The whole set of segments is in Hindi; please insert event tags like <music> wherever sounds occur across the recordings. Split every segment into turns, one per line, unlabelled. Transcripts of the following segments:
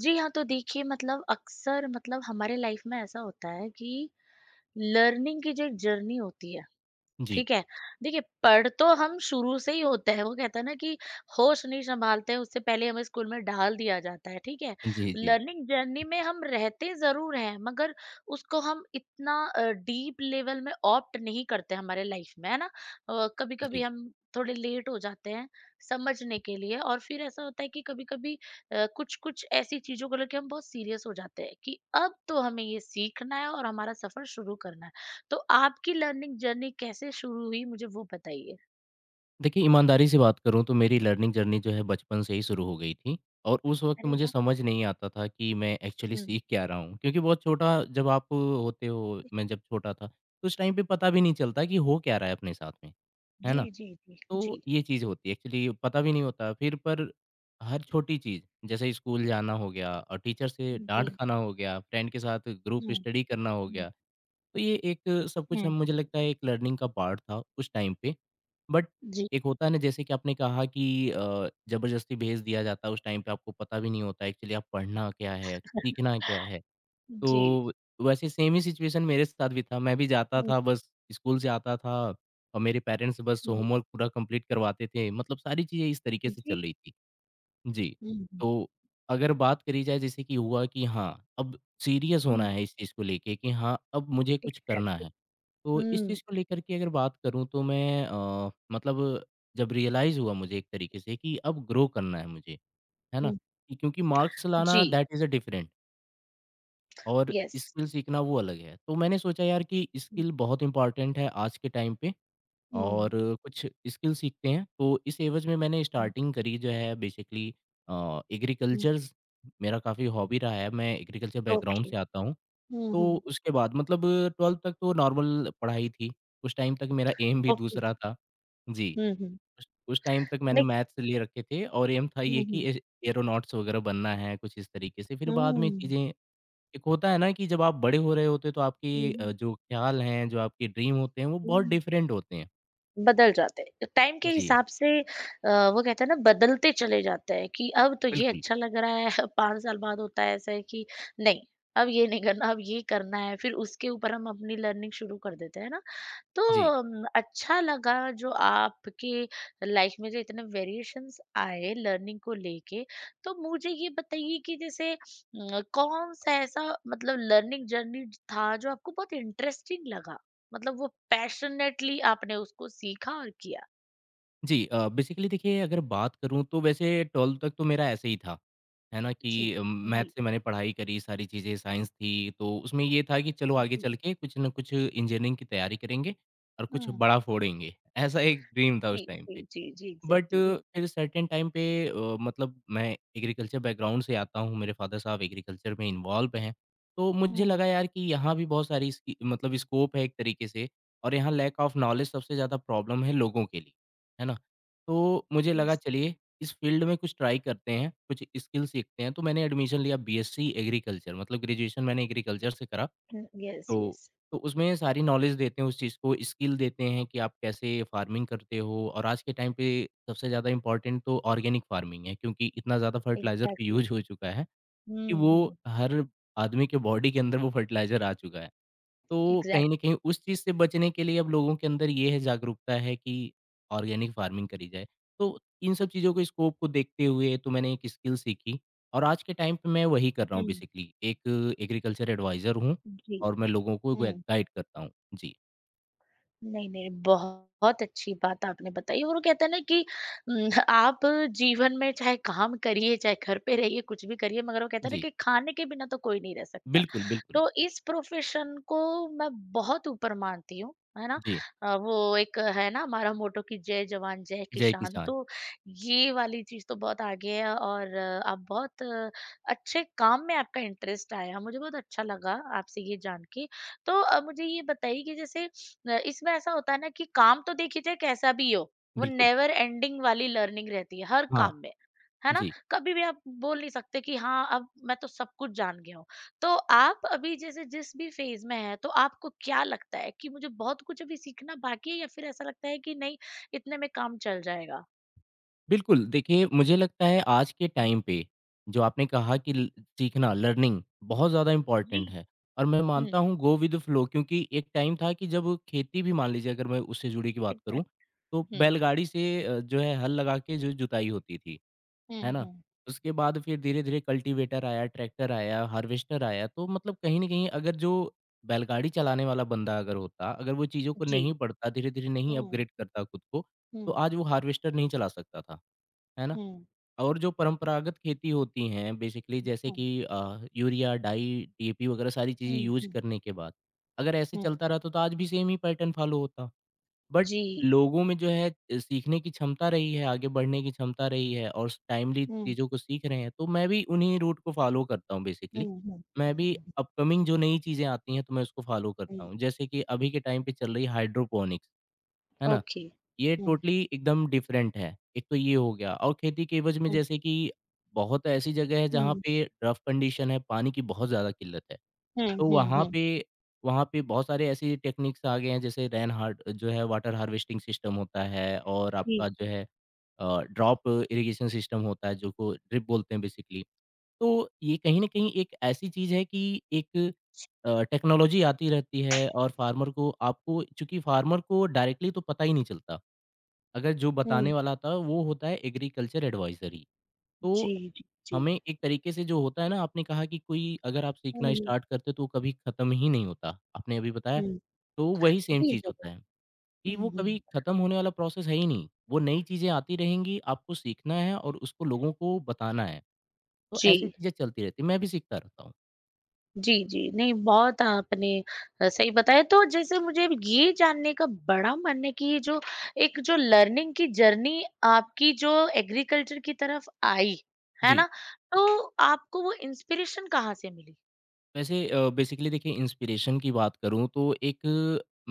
जी हाँ, तो देखिए मतलब अक्सर मतलब हमारे लाइफ में ऐसा होता है कि लर्निंग की जो जर्नी होती है।
जी।
ठीक है? देखिए, पढ़ तो हम शुरू से ही होते हैं, वो कहते हैं ना कि होश नहीं सँभालते हैं, उससे पहले हमें स्कूल में डाल दिया जाता है, ठीक है?
जी, जी,
लर्निंग जर्नी में हम रहते ज़रूर हैं, मगर उसको हम इतना डीप लेवल में ऑप्ट नहीं करते हमारे लाइफ में, है ना? कभी-कभी
जी।
हम थोड़े लेट हो जाते हैं समझने के लिए और फिर ऐसा होता है कि कभी-कभी कुछ-कुछ ऐसी चीज़ों को लेके हम बहुत सीरियस हो जाते हैं कि अब तो हमें ये सीखना है और हमारा सफ़र शुरू करना है। तो आपकी लर्निंग जर्नी कैसे शुरू हुई मुझे वो बताइए?
देखिए, ईमानदारी से बात करूँ तो मेरी लर्निंग जर्नी जो है बचपन से ही शुरू हो गई थी और उस वक़्त
अरे
मुझे
वाह!
समझ नहीं आता था कि मैं एक्चुअली
हुँ।
सीख क्या रहा हूँ क्योंकि बहुत छोटा जब आप होते हो मैं जब छोटा था, तो उस टाइम पे पता भी नहीं चलता कि हो क्या रहा है अपने साथ में, है ना?
जी, जी, जी, जी,
तो ये चीज़ होती है एक्चुअली पता भी नहीं होता फिर पर हर छोटी चीज़ जैसे स्कूल जाना हो गया और टीचर से
जी।
डाँट खाना हो गया, फ्रेंड के साथ ग्रुप
हुँ,
स्टडी करना हो
हुँ,
गया, तो ये एक सब कुछ
हुँ।
हम मुझे लगता है एक लर्निंग का पार्ट था उस टाइम पे। बट
जी,
एक होता है ना जैसे कि आपने कहा कि ज़बरदस्ती भेज दिया जाता है उस टाइम पे आपको पता भी नहीं होता एक्चुअली आप पढ़ना क्या है, सीखना क्या है?
जी।
तो वैसे सेम ही सिचुएशन मेरे साथ भी था। मैं भी जाता
हुँ,
था बस स्कूल से आता था और मेरे पेरेंट्स बस
हुँ,
होमवर्क पूरा कंप्लीट करवाते थे। मतलब सारी चीज़ें इस तरीके से
जी।
चल रही थी। जी,
हुँ, हुँ,
तो अगर बात करी जाए जैसे कि हुआ कि हाँ, अब सीरियस
हुँ।
होना है इस चीज़ को लेके कि हाँ, अब मुझे कुछ करना
एग्ज़ैक्टली।
है। तो इस
हुँ,
चीज़ को लेकर के अगर बात करूँ तो मैं मतलब जब रियलाइज़ हुआ मुझे एक तरीके से कि अब ग्रो करना है मुझे, है ना?
हुँ।
कि क्योंकि मार्क्स लाना
जी,
दैट इज़ अ डिफरेंट और
यस।
स्किल सीखना वो अलग है। तो मैंने सोचा यार कि
हुँ,
स्किल बहुत इम्पोर्टेंट है आज के टाइम पे
हुँ,
और कुछ स्किल सीखते हैं। तो इस एवज़ में मैंने
हुँ,
स्टार्टिंग करी जो है बेसिकली
हुँ।
एग्रीकल्चर्स मेरा काफ़ी हॉबी रहा है। मैं एग्रीकल्चर बैकग्राउंड
ओके।
से आता हूँ।
हुँ,
तो
हुँ।
उसके बाद मतलब 12th तक तो नॉर्मल पढ़ाई थी। उस टाइम तक मेरा एम भी
ओके।
दूसरा था। जी,
हुँ, हुँ।
उस टाइम तक मैंने
लाइक।
मैथ्स ले रखे थे और एम था ये
हुँ,
कि
हुँ।
ए एयरोनॉट्स वगैरह बनना है, कुछ इस तरीके से। फिर बाद में
हुँ,
चीज़ें एक होता है ना कि जब आप बड़े हो रहे होते हो तो आपकी
हुँ,
जो ख़्याल हैं, जो आपके ड्रीम होते हैं, वो बहुत
हुँ।
डिफरेंट होते हैं।
बदल जाते हैं। तो टाइम के
जी,
हिसाब से वो कहते हैं ना बदलते चले जाते हैं कि अब तो ये
बिल्कुल।
अच्छा लग रहा है। <laughs> 5 साल बाद होता है ऐसा है कि नहीं अब ये नहीं करना, अब ये करना है, फिर उसके ऊपर हम अपनी लर्निंग शुरू कर देते हैं ना। तो
जी।
अच्छा लगा जो आपके लाइफ में जो इतने वेरिएशंस आए लर्निंग को लेके। तो मुझे ये बताइए कि जैसे कौन सा ऐसा मतलब लर्निंग जर्नी था जो आपको बहुत इंटरेस्टिंग लगा, मतलब वो पैशनेटली आपने उसको सीखा और किया।
जी बेसिकली देखिए अगर बात करूँ तो वैसे 12th तक तो मेरा ऐसे ही था, है ना?
जी
कि मैथ
जी
से मैंने पढ़ाई करी, सारी चीज़ें साइंस थी, तो उसमें ये था कि चलो आगे
जी।
चल के कुछ ना कुछ इंजीनियरिंग की तैयारी करेंगे और कुछ
हम्म।
बड़ा फोड़ेंगे, ऐसा एक ड्रीम था उस
जी
टाइम
जी
पे।
जी जी
बट
एग्जैक्टली यस।
फिर सर्टेन टाइम पे मतलब मैं एग्रीकल्चर बैकग्राउंड से आता हूँ, मेरे फादर साहब एग्रीकल्चर में इन्वॉल्व हैं। तो मुझे
हम्म।
लगा यार कि यहाँ भी बहुत सारी इसकी मतलब स्कोप है एक तरीके से और यहाँ लैक ऑफ नॉलेज सबसे ज़्यादा प्रॉब्लम है लोगों के लिए, है ना? तो मुझे लगा
यस
चलिए इस फील्ड में कुछ ट्राई करते हैं, कुछ स्किल सीखते हैं। तो मैंने एडमिशन लिया बीएससी एग्रीकल्चर मतलब ग्रेजुएशन मैंने एग्रीकल्चर से करा
यस
तो
यस।
तो उसमें सारी नॉलेज देते हैं उस चीज़ को, स्किल देते हैं कि आप कैसे फार्मिंग करते हो और आज के टाइम पे सबसे ज़्यादा इम्पोर्टेंट तो ऑर्गेनिक फार्मिंग है क्योंकि इतना ज़्यादा फर्टिलाइज़र का
एग्जैक्टली।
यूज़ हो चुका है कि वो
हम्म।
हर आदमी के बॉडी के अंदर वो फर्टिलाइज़र आ चुका है। तो कहीं न
एग्जैक्ट।
कहीं उस चीज़ से बचने के लिए अब लोगों के अंदर ये है जागरूकता है कि ऑर्गेनिक फार्मिंग करी जाए। तो इन सब चीज़ों के स्कोप को देखते हुए तो मैंने एक स्किल सीखी और आज के टाइम पे मैं वही कर रहा हूँ
हम्म।
बेसिकली। एक एग्रीकल्चर एडवाइज़र हूँ
जी।
और मैं लोगों को ग
हम्म।
गाइड करता हूँ। जी,
नहीं, नहीं, बहुत बहुत अच्छी बात आपने बताई और वो कहते हैं ना कि आप जीवन में चाहे काम करिए, चाहे घर पे रहिए, कुछ भी करिए मगर वो कहते हैं ना
जी।
कि खाने के बिना तो कोई नहीं रह सकता।
बिल्कुल, बिल्कुल।
तो इस प्रोफ़ेशन को मैं बहुत ऊपर मानती हूँ, है ना?
जी,
वो एक है ना हमारा मोटो कि जय जवान जय
जय
किसान।
किसान।
तो ये वाली चीज़ तो बहुत आगे है और आप बहुत अच्छे काम में आपका इंटरेस्ट आया, मुझे बहुत अच्छा लगा आपसे ये जान के। तो मुझे ये बताइए कि जैसे इसमें ऐसा होता है ना कि काम तो देखिए चाहे कैसा भी हो, वो
बिल्कुल।
नेवर एंडिंग वाली लर्निंग रहती है हर
हाँ,
काम में, है ना?
जी।
कभी भी आप बोल नहीं सकते कि हाँ, अब मैं तो सब कुछ जान गया हूँ। तो आप अभी जैसे जिस भी फेज़ में हैं, तो आपको क्या लगता है कि मुझे बहुत कुछ अभी सीखना बाकी है या फिर ऐसा लगता है कि नहीं, इतने में काम चल जाएगा?
बिल्कुल, देखिए मुझे लगता है आज के टाइम पे, जो आपने कहा कि ल सीखना, लर्निंग बहुत ज़्यादा
जी।
इम्पोर्टेंट है और मैं मानता
हुँ,
हूँ गो विद द फ्लो क्योंकि एक टाइम था कि जब खेती भी मान लीजिए अगर मैं उससे जुड़ी की बात करूँ,
एग्ज़ैक्ट।
तो
हुँ,
बैलगाड़ी से जो है हल लगा के जो जुताई होती थी।
हुँ,
है ना?
हुँ।
उसके बाद फिर धीरे-धीरे कल्टीवेटर आया, ट्रैक्टर आया, हार्वेस्टर आया, तो मतलब कहीं न कहीं अगर जो बैलगाड़ी चलाने वाला बंदा अगर होता, अगर वो चीज़ों को
जी।
नहीं पढ़ता, धीरे-धीरे नहीं
हुँ,
अपग्रेड करता खुद को, तो
हुँ,
आज वो हार्वेस्टर नहीं चला सकता था, है ना?
हुँ,
और जो परंपरागत खेती होती हैं बेसिकली जैसे
हुँ,
कि यूरिया, डाई, डीएपी वगैरह सारी चीज़ें
हुँ,
यूज़
हुँ,
करने के बाद, अगर ऐसे
हुँ।
चलता रहा तो आज भी सेम ही पैटर्न फॉलो होता। बट
जी।
लोगों में जो है सीखने की क्षमता रही है, आगे बढ़ने की क्षमता रही है और स टाइमली
हुँ,
चीज़ों को सीख रहे हैं, तो मैं भी उन्हीं रूट को फ़ॉलो करता हूँ
हुँ,
बेसिकली।
हुँ,
मैं
हुँ,
भी
हुँ,
अपकमिंग जो नई चीज़ें आती हैं, तो मैं उसको फ़ॉलो करता
हुँ।
हूँ। जैसे कि अभी के टाइम पे चल रही हाइड्रोपोनिक्स, है ना?
ओके।
ये
हुँ,
टोटली एकदम डिफरेंट है। एक तो ये हो गया और खेती के एवज़ में
हुँ,
जैसे कि बहुत ऐसी जगह है जहाँ
हुँ,
पे रफ़ कंडीशन है, पानी की बहुत ज़्यादा किल्लत है।
हुँ,
तो
हुँ,
वहाँ
हुँ।
पे वहाँ पे बहुत सारे ऐसी टेक्निक्स आ गए हैं जैसे रेन हार्ड जो है वाटर हार्वेस्टिंग सिस्टम होता है और
जी।
आपका जो है ड्रॉप इरिगेशन सिस्टम होता है जो को ड्रिप बोलते हैं बेसिकली। तो ये कहीं न कहीं एक ऐसी चीज़ है कि एक टेक्नोलॉजी आती रहती है और फार्मर को आपको चूँकि फार्मर को डायरेक्टली तो पता ही नहीं चलता। अगर जो बताने
हुँ।
वाला था वो होता है एग्रीकल्चर एडवाइज़र ही। तो
जी, जी, जी।
हमें एक तरीके से जो होता है ना, आपने कहा कि कोई अगर आप सीखना
हुँ,
स्टार्ट करते हो तो वो कभी खत्म ही नहीं होता, आपने अभी बताया।
हुँ।
तो वही सेम
जी,
चीज़
ज़रूर।
होता है कि
हुँ,
वो कभी
हुँ।
खत्म होने वाला प्रोसेस है ही नहीं। वो नई चीज़ें आती रहेंगी, आपको सीखना है और उसको लोगों को बताना है। तो ऐसी
जी।
चीज़ें चलती रहती हैं, मैं भी सीखता रहता हूँ।
जी, जी। नहीं बहुत आपने सही बताया। तो जैसे मुझे अब ये जानने का बड़ा मन है कि ये जो एक जो लर्निंग की जर्नी आपकी जो एग्रीकल्चर की तरफ आई, है
जी,
ना? तो आपको वो इंस्पिरेशन कहाँ से मिली?
वैसे बेसिकली देखिए इंस्पिरेशन की बात करूँ तो एक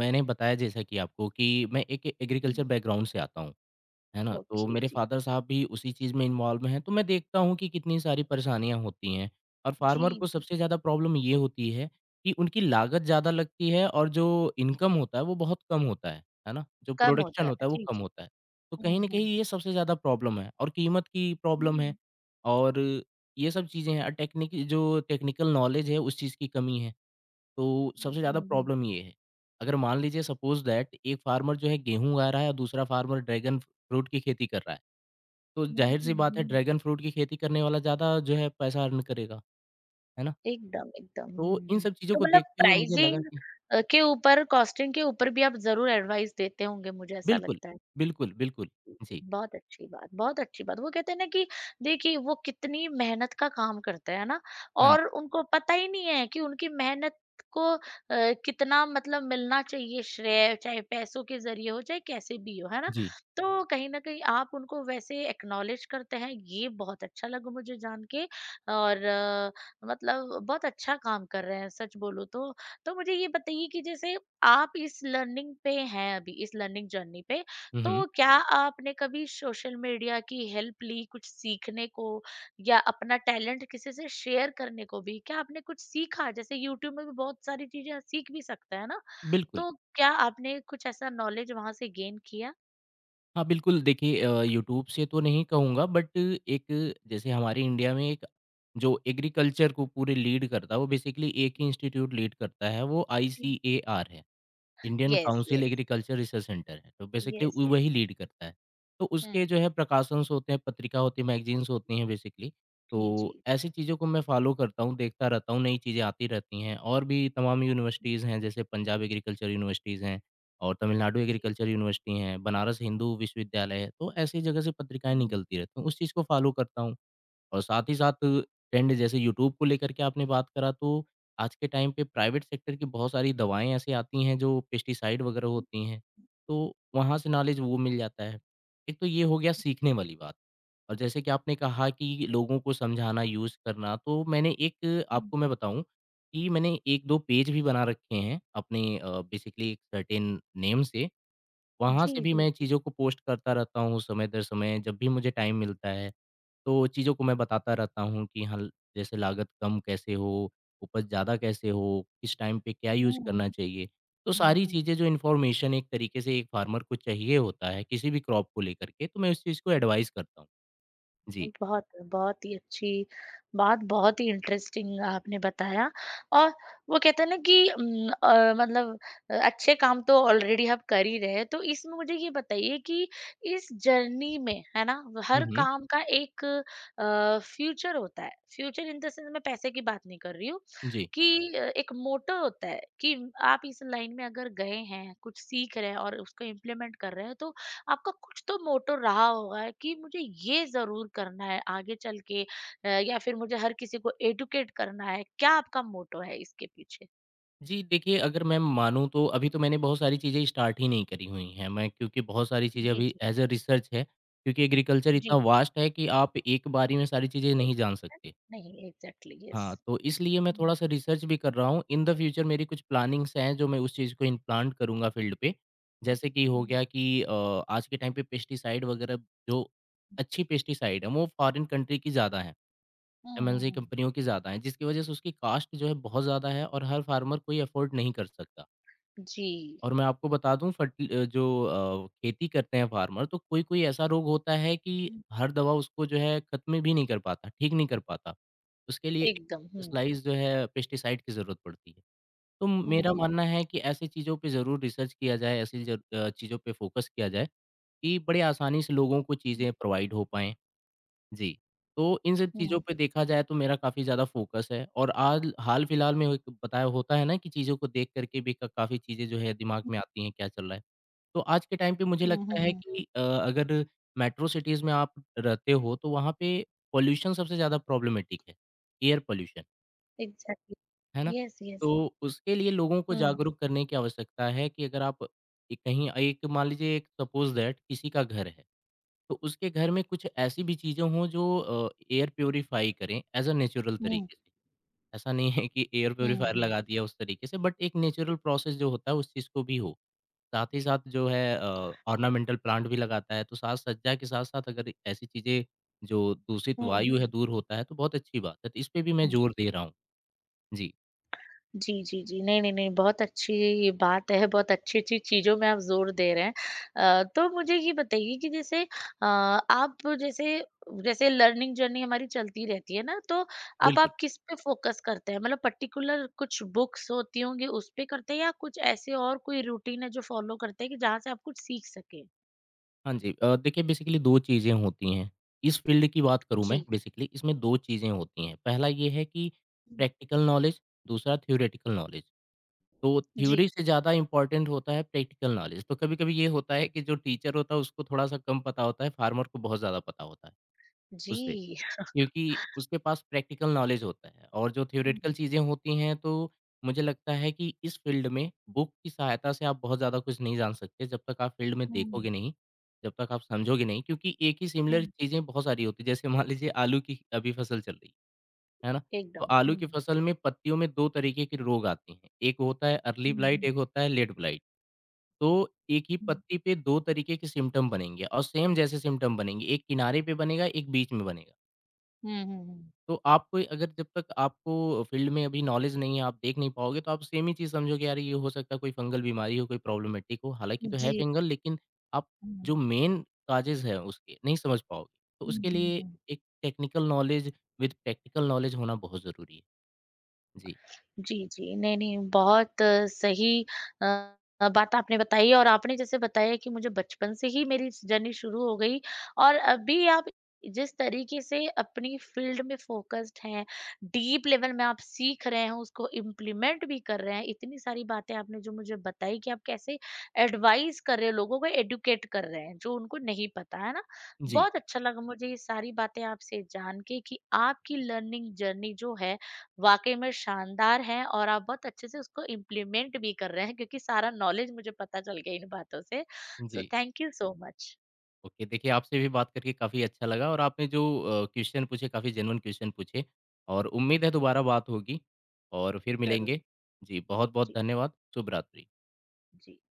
मैंने बताया जैसा कि आपको कि मैं एक
हुँ।
एग्रीकल्चर बैकग्राउंड से आता हूँ। है ना? तो
ओके
मेरे
जी।
फ़ादर साहब भी उसी चीज़ में इन्वॉल्व हैं, तो मैं देखता हूँ कि कितनी सारी परेशानियाँ होती हैं। और
जी,
फार्मर को
जी।
सबसे ज़्यादा प्रॉब्लम ये होती है कि उनकी लागत ज़्यादा लगती है और जो इनकम होता है, वो बहुत कम होता है ना? जो
कम होता
प्रोडक्शन
है।
होता है, वो
जी,
कम
जी।
होता है। तो
हुँ,
कहीं
हुँ,
न कहीं
हुँ।
ये सबसे ज़्यादा प्रॉब्लम है और कीमत की प्रॉब्लम है और ये सब चीज़ें हैं और टेक्निक जो टेक्निकल नॉलेज है, उस चीज़ की कमी है। तो
हुँ,
सबसे ज़्यादा
हुँ, हुँ।
प्रॉब्लम ये है। अगर मान लीजिए सपोज़ दैट एक फार्मर जो है गेहूँ उगा रहा है और दूसरा फार्मर ड्रैगन फ्रूट की खेती कर रहा है। तो
हुँ,
ज़ाहिर-सी
हुँ,
बात है
हुँ।
ड्रैगन फ्रूट की खेती करने वाला ज़्यादा जो है पैसा अर्न करेगा, है ना?
एकदम, एकदम।
तो
हुँ,
इन
हुँ।
सब चीज़ों
तो
को
मतलब
देखते हुए मुझे लगा
प्राइज़िंग
कि
के ऊपर, कॉस्टिंग के ऊपर भी आप ज़रूर एडवाइस देते होंगे, मुझे ऐसा
बिल्कुल,
लगता है।
बिल्कुल, बिल्कुल। जी।
बहुत अच्छी बात, बहुत अच्छी बात। वो कहते हैं ना कि देखिए वो कितनी मेहनत का काम करते हैं ना,
हाँ जी।
और उनको पता ही नहीं है कि उनकी मेहनत को कितना मतलब मिलना चाहिए श्रेय, चाहे पैसों के ज़रिए हो, चाहे कैसे भी हो, है ना?
जी।
तो कहीं न कहीं आप उनको वैसे एक्नॉलेज करते हैं, ये बहुत अच्छा लगा मुझे जान के और मतलब बहुत अच्छा काम कर रहे हैं सच बोलूँ तो। तो मुझे ये बताइए कि जैसे आप इस लर्निंग पे हैं अभी, इस लर्निंग जर्नी पे।
हुँ, हुँ।
तो क्या आपने कभी सोशल मीडिया की हेल्प ली कुछ सीखने को या अपना टैलेंट किसी से शेयर करने को भी? क्या आपने कुछ सीखा? जैसे यूट्यूब में भी बहुत सारी चीज़ें सीख भी सकते हैं ना?
बिल्कुल।
तो क्या आपने कुछ ऐसा नॉलेज वहाँ से गेन किया?
हाँ, बिल्कुल देखिए यूट्यूब से तो नहीं कहूँगा बट एक जैसे हमारे इंडिया में एक जो एग्रीकल्चर को पूरे लीड करता है वो बेसिकली एक ही इंस्टीट्यूट लीड करता है वो
जी।
आईसीएआर है। Indian
yes,
council
yes.
Agriculture research centre है, तो बेसिकली
यस,
उ
यस।
वही लीड करता है। तो उसके
हुँ।
जो है प्रकाशंस होते हैं, पत्रिका होती है, मैगज़ीन्स होती हैं बेसिकली।
जी,
तो
जी,
ऐसी चीज़ों को मैं फ़ॉलो करता हूँ, देखता रहता हूँ, नई चीज़ें आती रहती हैं और भी तमाम यूनिवर्सिटीज़ हैं, जैसे पंजाब एग्रीकल्चर यूनिवर्सिटीज़ हैं और तमिलनाडु
जी।
एग्रीकल्चर यूनिवर्सिटी हैं, बनारस हिंदू विश्वविद्यालय है, तो ऐसी जगह से पत्रिकाएँ
हुँ,
निकलती रहती हैं, उस चीज़ को फ़ॉलो करता हूँ। और साथ ही साथ ट्रेंड जैसे यूट्यूब को लेकर के आपने बात करा तो आज के टाइम पे प्राइवेट सेक्टर की बहुत सारी दवाएँ ऐसी आती हैं जो पेस्टिसाइड वगैरह
हुँ,
होती हैं, तो वहाँ से नॉलेज वो मिल जाता है। एक तो ये हो गया सीखने वाली बात और जैसे कि आपने कहा कि लोगों को समझाना, यूज़ करना तो मैंने एक
हुँ।
आपको मैं बताऊँ कि मैंने 1-2 पेज भी बना रखे हैं अपने बेसिकली एक सर्टेन नेम से। वहाँ
जी,
से भी
जी,
मैं
जी।
चीज़ों को पोस्ट करता रहता हूँ समय दर समय जब भी मुझे टाइम मिलता है। तो चीज़ों को मैं बताता रहता हूँ कि हाँ, जैसे लागत कम कैसे हो, उपज ज़्यादा कैसे हो, किस टाइम पे क्या यूज़
हुँ,
करना चाहिए। तो
हुँ,
सारी
हुँ।
चीज़ें जो इन्फॉर्मेशन एक तरीके से एक फार्मर को चाहिए होता है, किसी भी क्रॉप को लेकर के, तो मैं उस चीज़ को एडवाइस करता हूँ। जी।
बहुत, बहुत ही अच्छी बात, बहुत ही इंटरेस्टिंग आपने बताया और वो कहते हैं ना कि मतलब अच्छे काम तो ऑलरेडी आप कर ही रहे हैं, तो इसमें मुझे ये बताइए कि इस जर्नी में, है ना?
हुँ,
हर
हुँ।
काम का एक फ्यूचर होता है, फ्यूचर इन द सेंस मैं पैसे की बात नहीं कर रही हूँ
जी।
कि एक मोटो होता है कि आप इस लाइन में अगर गए हैं, कुछ सीख रहे हैं और उसको इम्प्लीमेंट कर रहे हैं, तो आपका कुछ तो मोटो रहा होगा कि मुझे ये ज़रूर करना है आगे चल के या फिर मुझे हर किसी को एडुकेट करना है। क्या आपका मोटो है इसके पीछे?
जी, देखिए अगर मैं मानूँ तो अभी तो मैंने बहुत सारी चीज़ें स्टार्ट ही नहीं करी हुई हैं। मैं क्योंकि बहुत सारी चीज़ें
जी,
अभी
जी।
एज़ अ रिसर्च है, क्योंकि एग्रीकल्चर इतना
जी।
वास्ट है कि आप एक बारी में सारी चीज़ें नहीं जान
एग्ज़ैक्ट।
सकते।
नहीं, एग्ज़ैक्टली यस।
हाँ, तो इसलिए मैं
हुँ।
थोड़ा-सा रिसर्च भी कर रहा हूँ। इन द फ्यूचर मेरी कुछ प्लानिंग्स हैं जो मैं उस चीज़ को इम्प्लांट करूँगा फ़ील्ड पे।
हुँ,
जैसे कि हो
हुँ।
गया कि आज के टाइम पे पेस्टिसाइड वगैरह जो अच्छी पेस्टिसाइड है वो फ़ॉरेन कंट्री की ज़्यादा हैं,
हुँ, हुँ,
एमएनसी
हुँ।
कंपनियों की ज़्यादा हैं, जिसकी वज़ह से उसकी कॉस्ट जो है बहुत ज़्यादा है और हर फ़ार्मर को ये अफ़ोर्ड नहीं कर सकता।
जी।
और मैं आपको बता दूँ जो खेती करते हैं फार्मर, तो कोई-कोई ऐसा रोग होता है कि
हुँ,
हर दवा उसको जो है खत्म भी नहीं कर पाता, ठीक नहीं कर पाता। उसके लिए
एकदम। हुँ।
स्पेशलाइज़ जो है पेस्टिसाइड की ज़रूरत पड़ती है। तो
हुँ,
मेरा
हुँ,
मानना है कि ऐसी चीज़ों पे ज़रूर रिसर्च किया जाए, ऐसी चीज़ों पे फ़ोकस किया जाए कि बड़े आसानी से लोगों को चीज़ें प्रोवाइड हो पाएँ। जी। तो इन सब
हुँ,
चीज़ों
हुँ।
पे देखा जाए तो मेरा काफ़ी ज़्यादा फ़ोकस है, और आल हाल-फिलहाल में एक बताया होता है ना कि चीज़ों को देख कर के भी क काफ़ी चीज़ें जो है दिमाग में आती हैं, क्या चल रहा है। तो आज के टाइम पे मुझे
हुँ, हुँ,
लगता है
हुँ।
कि अगर मेट्रो सिटीज़ में आप रहते हो, तो वहाँ पे पॉल्यूशन सबसे ज़्यादा प्रॉब्लमैटिक है, एयर पॉल्यूशन, है ना?
एग्ज़ैक्टली। Yes, yes.
तो उसके लिए लोगों को
हुँ।
जागरूक करने की आवश्यकता है कि अगर आप एक कहीं, एक मान लीजिए, एक सपोज़ दैट किसी का घर है, तो उसके घर में कुछ ऐसी भी चीज़ें हों जो एयर प्यूरीफाई करें एज़ अ नेचुरल
हुँ,
तरीके से। ऐसा नहीं है कि एयर
हुँ,
प्यूरीफायर
हुँ।
लगा दिया उस तरीके से, बट एक नेचुरल प्रोसेस जो होता है उस चीज़ को भी हो। साथ ही साथ जो है ऑर्नामेंटल प्लांट भी लगाता है, तो साज-सज्जा के साथ-साथ अगर ऐसी चीज़ें जो दूषित
हुँ, हुँ।
वायु है दूर होता है, तो बहुत अच्छी बात है। तो इस पे भी मैं जोर दे रहा हूँ। जी,
जी, जी, जी। नहीं, नहीं, नहीं, बहुत अच्छी बात है, बहुत अच्छी-अच्छी चीज़ों में आप ज़ोर दे रहे हैं। तो मुझे ये बताइए कि जैसे अ, आप जैसे जैसे लर्निंग जर्नी हमारी चलती रहती है ना, तो अब
बिल्कुल।
आप किस पे फ़ोकस करते हैं? मतलब पर्टिकुलर कुछ बुक्स होती होंगी, उस पे करते हैं या कुछ ऐसे और कोई रूटीन है जो फ़ॉलो करते हैं कि जहाँ से आप कुछ सीख सकें?
हाँ जी, देखिए, बेसिकली 2 चीज़ें होती हैं। इस फील्ड की बात करूँ, मैं
जी।
बेसिकली इसमें 2 चीज़ें होती हैं। पहला ये है कि
हुँ।
प्रैक्टिकल नॉलेज, दूसरा थ्योरेटिकल नॉलेज। तो
जी।
थ्योरी से ज़्यादा इम्पोर्टेंट होता है प्रैक्टिकल नॉलेज। तो कभी-कभी ये होता है कि जो टीचर होता है उसको थोड़ा-सा कम पता होता है, फार्मर को बहुत ज़्यादा पता होता है उससे,
जी।
क्योंकि उसके पास प्रैक्टिकल नॉलेज होता है। और जो थ्योरेटिकल
हुँ,
चीज़ें होती हैं, तो मुझे लगता है कि इस फील्ड में बुक की सहायता से आप बहुत ज़्यादा कुछ नहीं जान सकते, जब तक आप फील्ड में
हुँ,
देखोगे नहीं, जब तक आप समझोगे नहीं, क्योंकि एक ही सिमिलर
हुँ।
चीज़ें बहुत सारी होती हैं। जैसे मान लीजिए, आलू की अभी फसल चल रही है। है ना? तो
एकदम।
आलू की
हुँ।
फसल में पत्तियों में 2 तरीके के रोग आते हैं, एक होता है अर्ली
हुँ,
ब्लाइट,
हुँ,
एक होता है लेट ब्लाइट। तो एक ही
हुँ।
पत्ती पे 2 तरीके के सिम्पटम बनेंगे, और सेम जैसे सिम्पटम बनेंगे, एक किनारे पे बनेगा, एक बीच में बनेगा।
हुँ, हुँ, हुँ।
तो आपको, अगर जब तक आपको फील्ड में अभी नॉलेज नहीं है, आप देख नहीं पाओगे, तो आप सेम ही चीज़ समझोगे, यार ये हो सकता है कोई फंगल बीमारी हो, कोई प्रॉब्लमैटिक हो, हालाँकि तो है
जी।
फंगल, लेकिन आप
हुँ।
जो मेन कॉजेज़ है उसके नहीं समझ पाओगे। तो
हुँ,
उसके
हुँ,
लिए
हुँ।
एक technical knowledge with practical knowledge होना बहुत ज़रूरी है। जी।
जी, जी। नहीं, नहीं बहुत सही अ, बात आपने बताई और आपने जैसे बताया कि मुझे बचपन से ही मेरी जर्नी शुरू हो गई और अभी आप जिस तरीके से अपनी फ़ील्ड में फ़ोकस्ड हैं, डीप लेवल में आप सीख रहे हैं, उसको इम्प्लीमेंट भी कर रहे हैं, इतनी सारी बातें आपने जो मुझे बताई कि आप कैसे एडवाइस कर रहे हो, लोगों को एडुकेट कर रहे हैं, जो उनको नहीं पता, है ना?
जी,
बहुत अच्छा लगा मुझे ये सारी बातें आपसे जान के कि आपकी लर्निंग जर्नी जो है वाक़ई में शानदार है और आप बहुत अच्छे से उसको इम्प्लीमेंट भी कर रहे हैं क्योंकि सारा नॉलेज मुझे पता चल गया इन बातों से। सो
जी।
Thank you so much.
Okay, देखिए, आपसे भी बात करके काफ़ी अच्छा लगा, और आपने जो क्वेश्चन पूछे, काफ़ी जेन्युइन क्वेश्चन पूछे, और उम्मीद है दोबारा बात होगी और फिर
ज़रूर।
मिलेंगे। जी, बहुत-बहुत
जी,
धन्यवाद। शुभ रात्रि।
जी।